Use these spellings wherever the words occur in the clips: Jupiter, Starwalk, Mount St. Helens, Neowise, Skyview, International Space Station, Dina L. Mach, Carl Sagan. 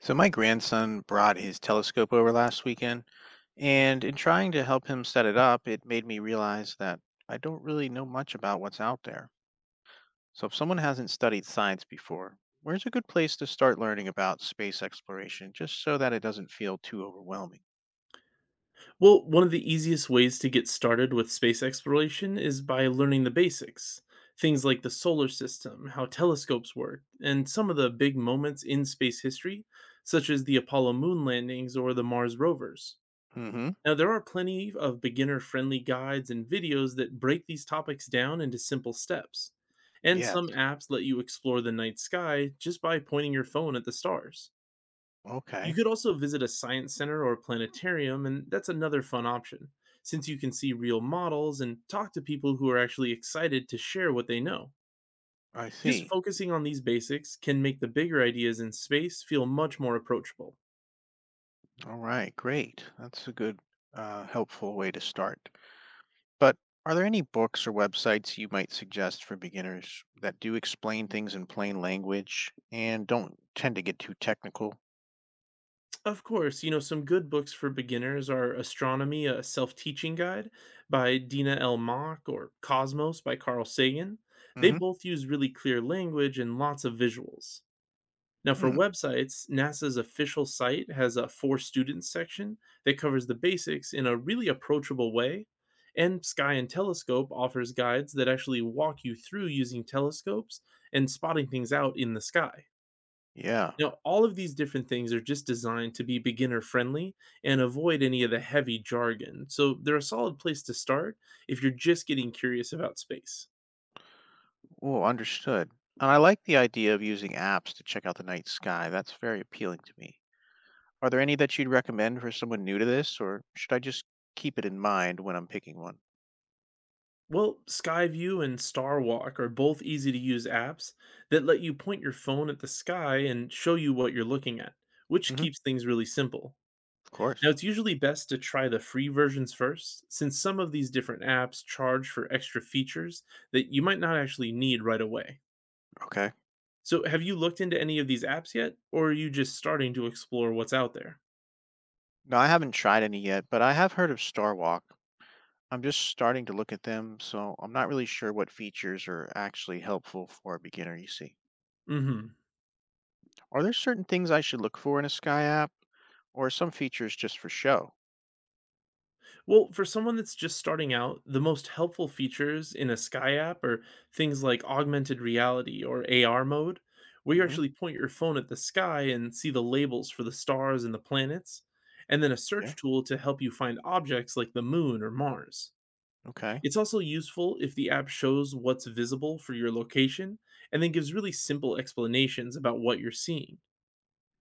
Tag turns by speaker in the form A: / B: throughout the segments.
A: So my grandson brought his telescope over last weekend, and in trying to help him set it up, it made me realize that I don't really know much about what's out there. So if someone hasn't studied science before, where's a good place to start learning about space exploration just so that it doesn't feel too overwhelming?
B: Well, one of the easiest ways to get started with space exploration is by learning the basics. Things like the solar system, how telescopes work, and some of the big moments in space history, such as the Apollo moon landings or the Mars rovers.
A: Mm-hmm.
B: Now, there are plenty of beginner friendly guides and videos that break these topics down into simple steps. And
A: Yeah.
B: some apps let you explore the night sky just by pointing your phone at the stars. You
A: Okay.
B: could also visit a science center or a planetarium, and that's another fun option, since you can see real models and talk to people who are actually excited to share what they know.
A: I
B: Just
A: see.
B: focusing on these basics can make the bigger ideas in space feel much more approachable.
A: All right. Great. That's a good, helpful way to start. But are there any books or websites you might suggest for beginners that do explain things in plain language and don't tend to get too technical?
B: Of course, some good books for beginners are Astronomy, a Self Teaching Guide by Dina L. Mach, or Cosmos by Carl Sagan. They
A: Hmm.
B: both use really clear language and lots of visuals. Now, for
A: Hmm.
B: websites, NASA's official site has a For Students section that covers the basics in a really approachable way. And Sky and Telescope offers guides that actually walk you through using telescopes and spotting things out in the sky.
A: Yeah.
B: Now, all of these different things are just designed to be beginner friendly and avoid any of the heavy jargon. So, they're a solid place to start if you're just getting curious about space.
A: Oh, understood. And I like the idea of using apps to check out the night sky. That's very appealing to me. Are there any that you'd recommend for someone new to this, or should I just keep it in mind when I'm picking one?
B: Well, Skyview and Starwalk are both easy to use apps that let you point your phone at the sky and show you what you're looking at, which
A: Hmm.
B: keeps things really simple.
A: Of
B: Now,
A: course.
B: it's usually best to try the free versions first, since some of these different apps charge for extra features that you might not actually need right away.
A: Okay.
B: So, have you looked into any of these apps yet, or are you just starting to explore what's out there?
A: No, I haven't tried any yet, but I have heard of Starwalk. I'm just starting to look at them, so I'm not really sure what features are actually helpful for a beginner, you see.
B: Mm hmm.
A: Are there certain things I should look for in a Sky app, or are some features just for show?
B: Well, for someone that's just starting out, the most helpful features in a Sky app are things like augmented reality, or AR mode, where you
A: Hmm.
B: actually point your phone at the sky and see the labels for the stars and the planets, and then a
A: Yeah.
B: search tool to help you find objects like the moon or Mars.
A: Okay.
B: It's also useful if the app shows what's visible for your location and then gives really simple explanations about what you're seeing.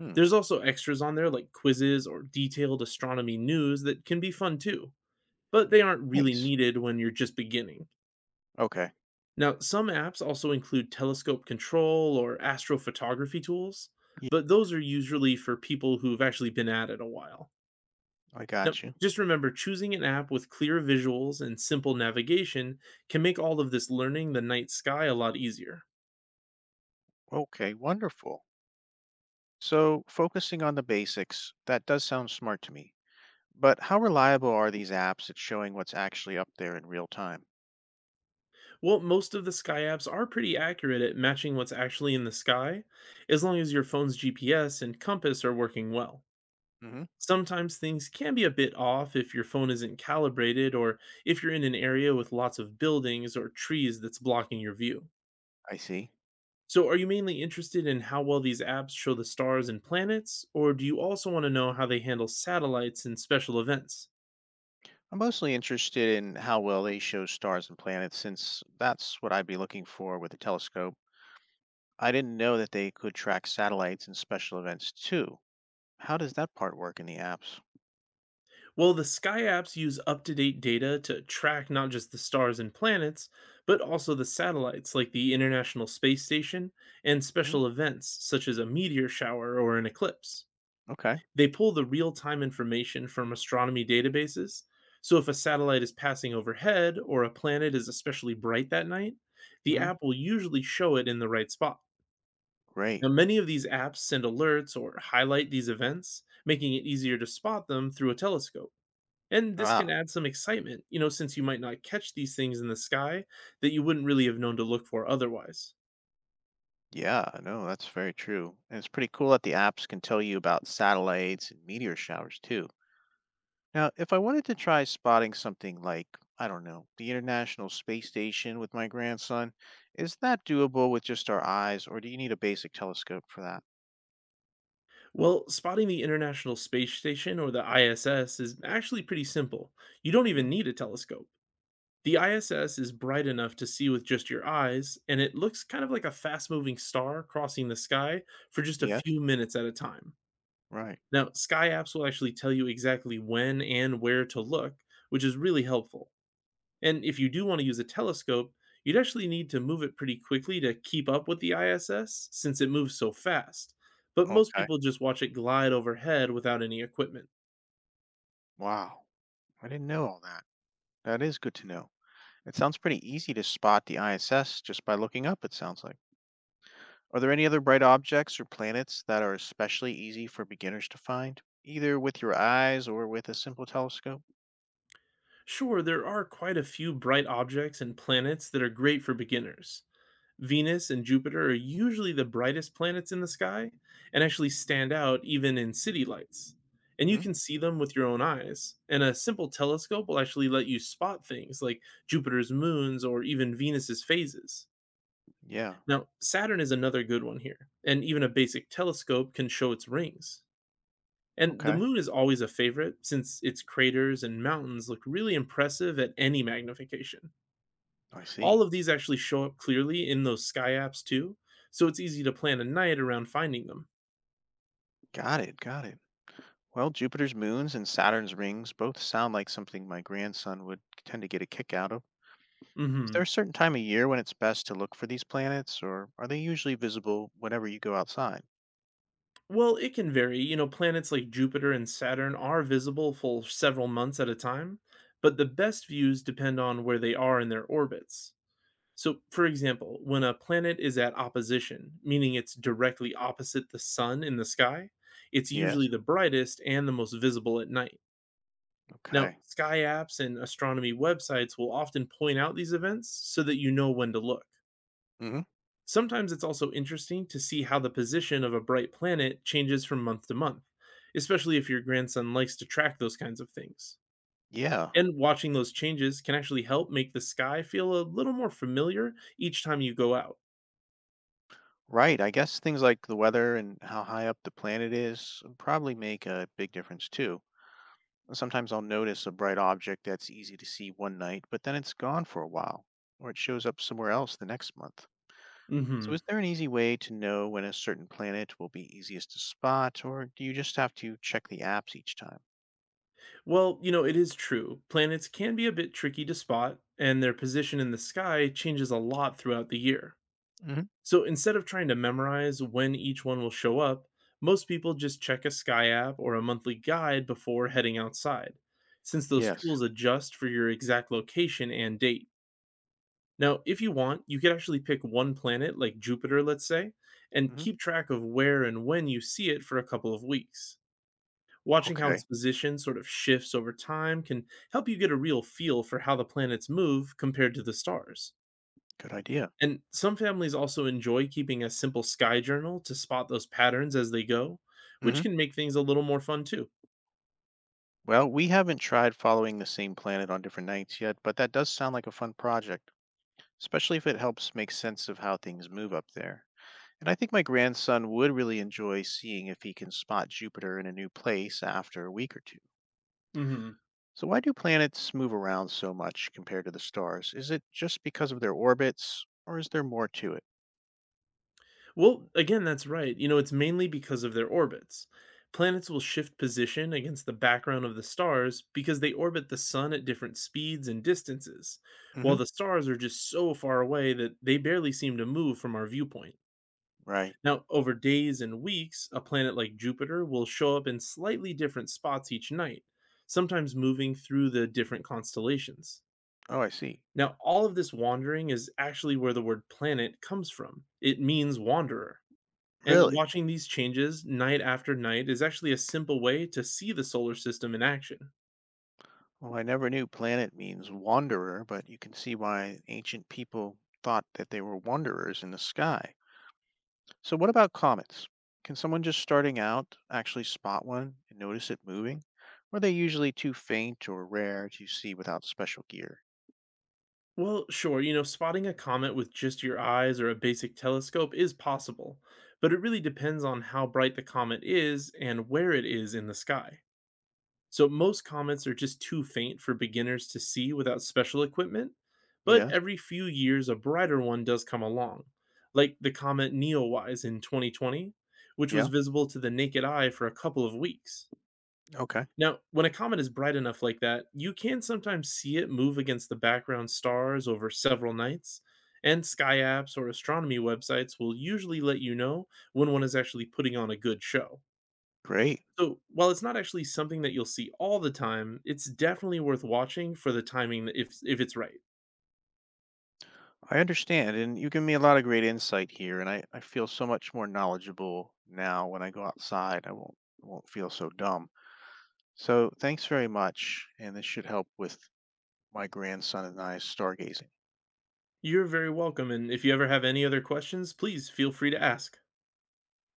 A: Hmm.
B: There's also extras on there like quizzes or detailed astronomy news that can be fun too, but they aren't really
A: Nice.
B: needed when you're just beginning.
A: Okay.
B: Now, some apps also include telescope control or astrophotography tools,
A: Yeah,
B: but those are usually for people who've actually been at it a while.
A: I
B: Now,
A: got you.
B: just remember, choosing an app with clear visuals and simple navigation can make all of this learning the night sky a lot easier.
A: Okay, wonderful. So, focusing on the basics, that does sound smart to me. But how reliable are these apps at showing what's actually up there in real time?
B: Well, most of the Sky apps are pretty accurate at matching what's actually in the sky, as long as your phone's GPS and compass are working well.
A: Hmm.
B: Sometimes things can be a bit off if your phone isn't calibrated, or if you're in an area with lots of buildings or trees that's blocking your view.
A: I see.
B: So, are you mainly interested in how well these apps show the stars and planets, or do you also want to know how they handle satellites and special events?
A: I'm mostly interested in how well they show stars and planets since that's what I'd be looking for with a telescope. I didn't know that they could track satellites and special events too. How does that part work in the apps?
B: Well, the sky apps use up to date data to track not just the stars and planets, but also the satellites like the International Space Station, and
A: Hmm.
B: special events such as a meteor shower or an eclipse.
A: Okay.
B: They pull the real time information from astronomy databases. So if a satellite is passing overhead or a planet is especially bright that night, the
A: Hmm.
B: app will usually show it in the right spot. Now,
A: Great.
B: many of these apps send alerts or highlight these events, making it easier to spot them through a telescope. And this can
A: Ah,
B: add some excitement, since you might not catch these things in the sky that you wouldn't really have known to look for otherwise.
A: yeah, no, that's very true. And it's pretty cool that the apps can tell you about satellites and meteor showers too. Now, if I wanted to try spotting something like, I don't know, the International Space Station with my grandson, is that doable with just our eyes, or do you need a basic telescope for that?
B: Well, spotting the International Space Station, or the ISS, is actually pretty simple. You don't even
A: Hmm.
B: need a telescope. The ISS is bright enough to see with just your eyes, and it looks kind of like a fast moving star crossing the sky for just a
A: Yes.
B: few minutes at a time.
A: Right.
B: Now, sky apps will actually tell you exactly when and where to look, which is really helpful. And if you do want to use a telescope, you'd actually need to move it pretty quickly to keep up with the ISS since it moves so fast. But most
A: Okay.
B: people just watch it glide overhead without any equipment.
A: Wow. I didn't know all that. That is good to know. It sounds pretty easy to spot the ISS just by looking up, it sounds like. Are there any other bright objects or planets that are especially easy for beginners to find, either with your eyes or with a simple telescope?
B: Sure, there are quite a few bright objects and planets that are great for beginners. Venus and Jupiter are usually the brightest planets in the sky and actually stand out even in city lights. And you
A: Hmm.
B: can see them with your own eyes. And a simple telescope will actually let you spot things like Jupiter's moons or even Venus's phases.
A: Yeah.
B: Now, Saturn is another good one here, and even a basic telescope can show its rings. And the
A: Okay.
B: moon is always a favorite since its craters and mountains look really impressive at any magnification.
A: I
B: All
A: see.
B: of these actually show up clearly in those sky apps too, so it's easy to plan a night around finding them.
A: Got it. Got it. Well, Jupiter's moons and Saturn's rings both sound like something my grandson would tend to get a kick out of. Is there a
B: Mhm.
A: certain time of year when it's best to look for these planets, or are they usually visible whenever you go outside?
B: Well, it can vary. Planets like Jupiter and Saturn are visible for several months at a time, but the best views depend on where they are in their orbits. So, for example, when a planet is at opposition, meaning it's directly opposite the sun in the sky, it's
A: Yes.
B: usually the brightest and the most visible at night. Now,
A: Okay.
B: sky apps and astronomy websites will often point out these events so that you know when to look.
A: Hmm.
B: Sometimes it's also interesting to see how the position of a bright planet changes from month to month, especially if your grandson likes to track those kinds of things.
A: Yeah.
B: And watching those changes can actually help make the sky feel a little more familiar each time you go out.
A: Right. I guess things like the weather and how high up the planet is probably make a big difference too. Sometimes I'll notice a bright object that's easy to see one night, but then it's gone for a while, or it shows up somewhere else the next month. So,
B: Mhm.
A: is there an easy way to know when a certain planet will be easiest to spot, or do you just have to check the apps each time?
B: Well, it is true. Planets can be a bit tricky to spot, and their position in the sky changes a lot throughout the year.
A: Hmm.
B: So instead of trying to memorize when each one will show up, most people just check a sky app or a monthly guide before heading outside, since those
A: Yes.
B: tools adjust for your exact location and date. Now, if you want, you could actually pick one planet, like Jupiter, let's say, and
A: Hmm.
B: keep track of where and when you see it for a couple of weeks. Watching how its
A: Okay.
B: position sort of shifts over time can help you get a real feel for how the planets move compared to the stars.
A: Good idea.
B: And some families also enjoy keeping a simple sky journal to spot those patterns as they go, which
A: Hmm.
B: can make things a little more fun too.
A: Well, we haven't tried following the same planet on different nights yet, but that does sound like a fun project, especially if it helps make sense of how things move up there. And I think my grandson would really enjoy seeing if he can spot Jupiter in a new place after a week or two.
B: Hmm.
A: So, why do planets move around so much compared to the stars? Is it just because of their orbits, or is there more to it?
B: Well, again, that's right. It's mainly because of their orbits. Planets will shift position against the background of the stars because they orbit the sun at different speeds and distances, while the
A: Hmm.
B: stars are just so far away that they barely seem to move from our viewpoint.
A: Right.
B: Now, over days and weeks, a planet like Jupiter will show up in slightly different spots each night, sometimes moving through the different constellations.
A: Oh, I see.
B: Now, all of this wandering is actually where the word planet comes from. It means wanderer. And
A: Really?
B: watching these changes night after night is actually a simple way to see the solar system in action.
A: Well, I never knew planet means wanderer, but you can see why ancient people thought that they were wanderers in the sky. So, what about comets? Can someone just starting out actually spot one and notice it moving? Or are they usually too faint or rare to see without special gear?
B: Well, sure, spotting a comet with just your eyes or a basic telescope is possible, but it really depends on how bright the comet is and where it is in the sky. So most comets are just too faint for beginners to see without special equipment, but
A: Yes.
B: every few years a brighter one does come along, like the comet Neowise in 2020, which was
A: Yeah.
B: visible to the naked eye for a couple of weeks.
A: Okay.
B: Now, when a comet is bright enough like that, you can sometimes see it move against the background stars over several nights, and sky apps or astronomy websites will usually let you know when one is actually putting on a good show.
A: Great.
B: So, while it's not actually something that you'll see all the time, it's definitely worth watching for the timing if it's right.
A: I understand, and you give me a lot of great insight here, and I feel so much more knowledgeable now when I go outside. I won't feel so dumb. So thanks very much, and this should help with my grandson and I stargazing.
B: You're very welcome, and if you ever have any other questions, please feel free to ask.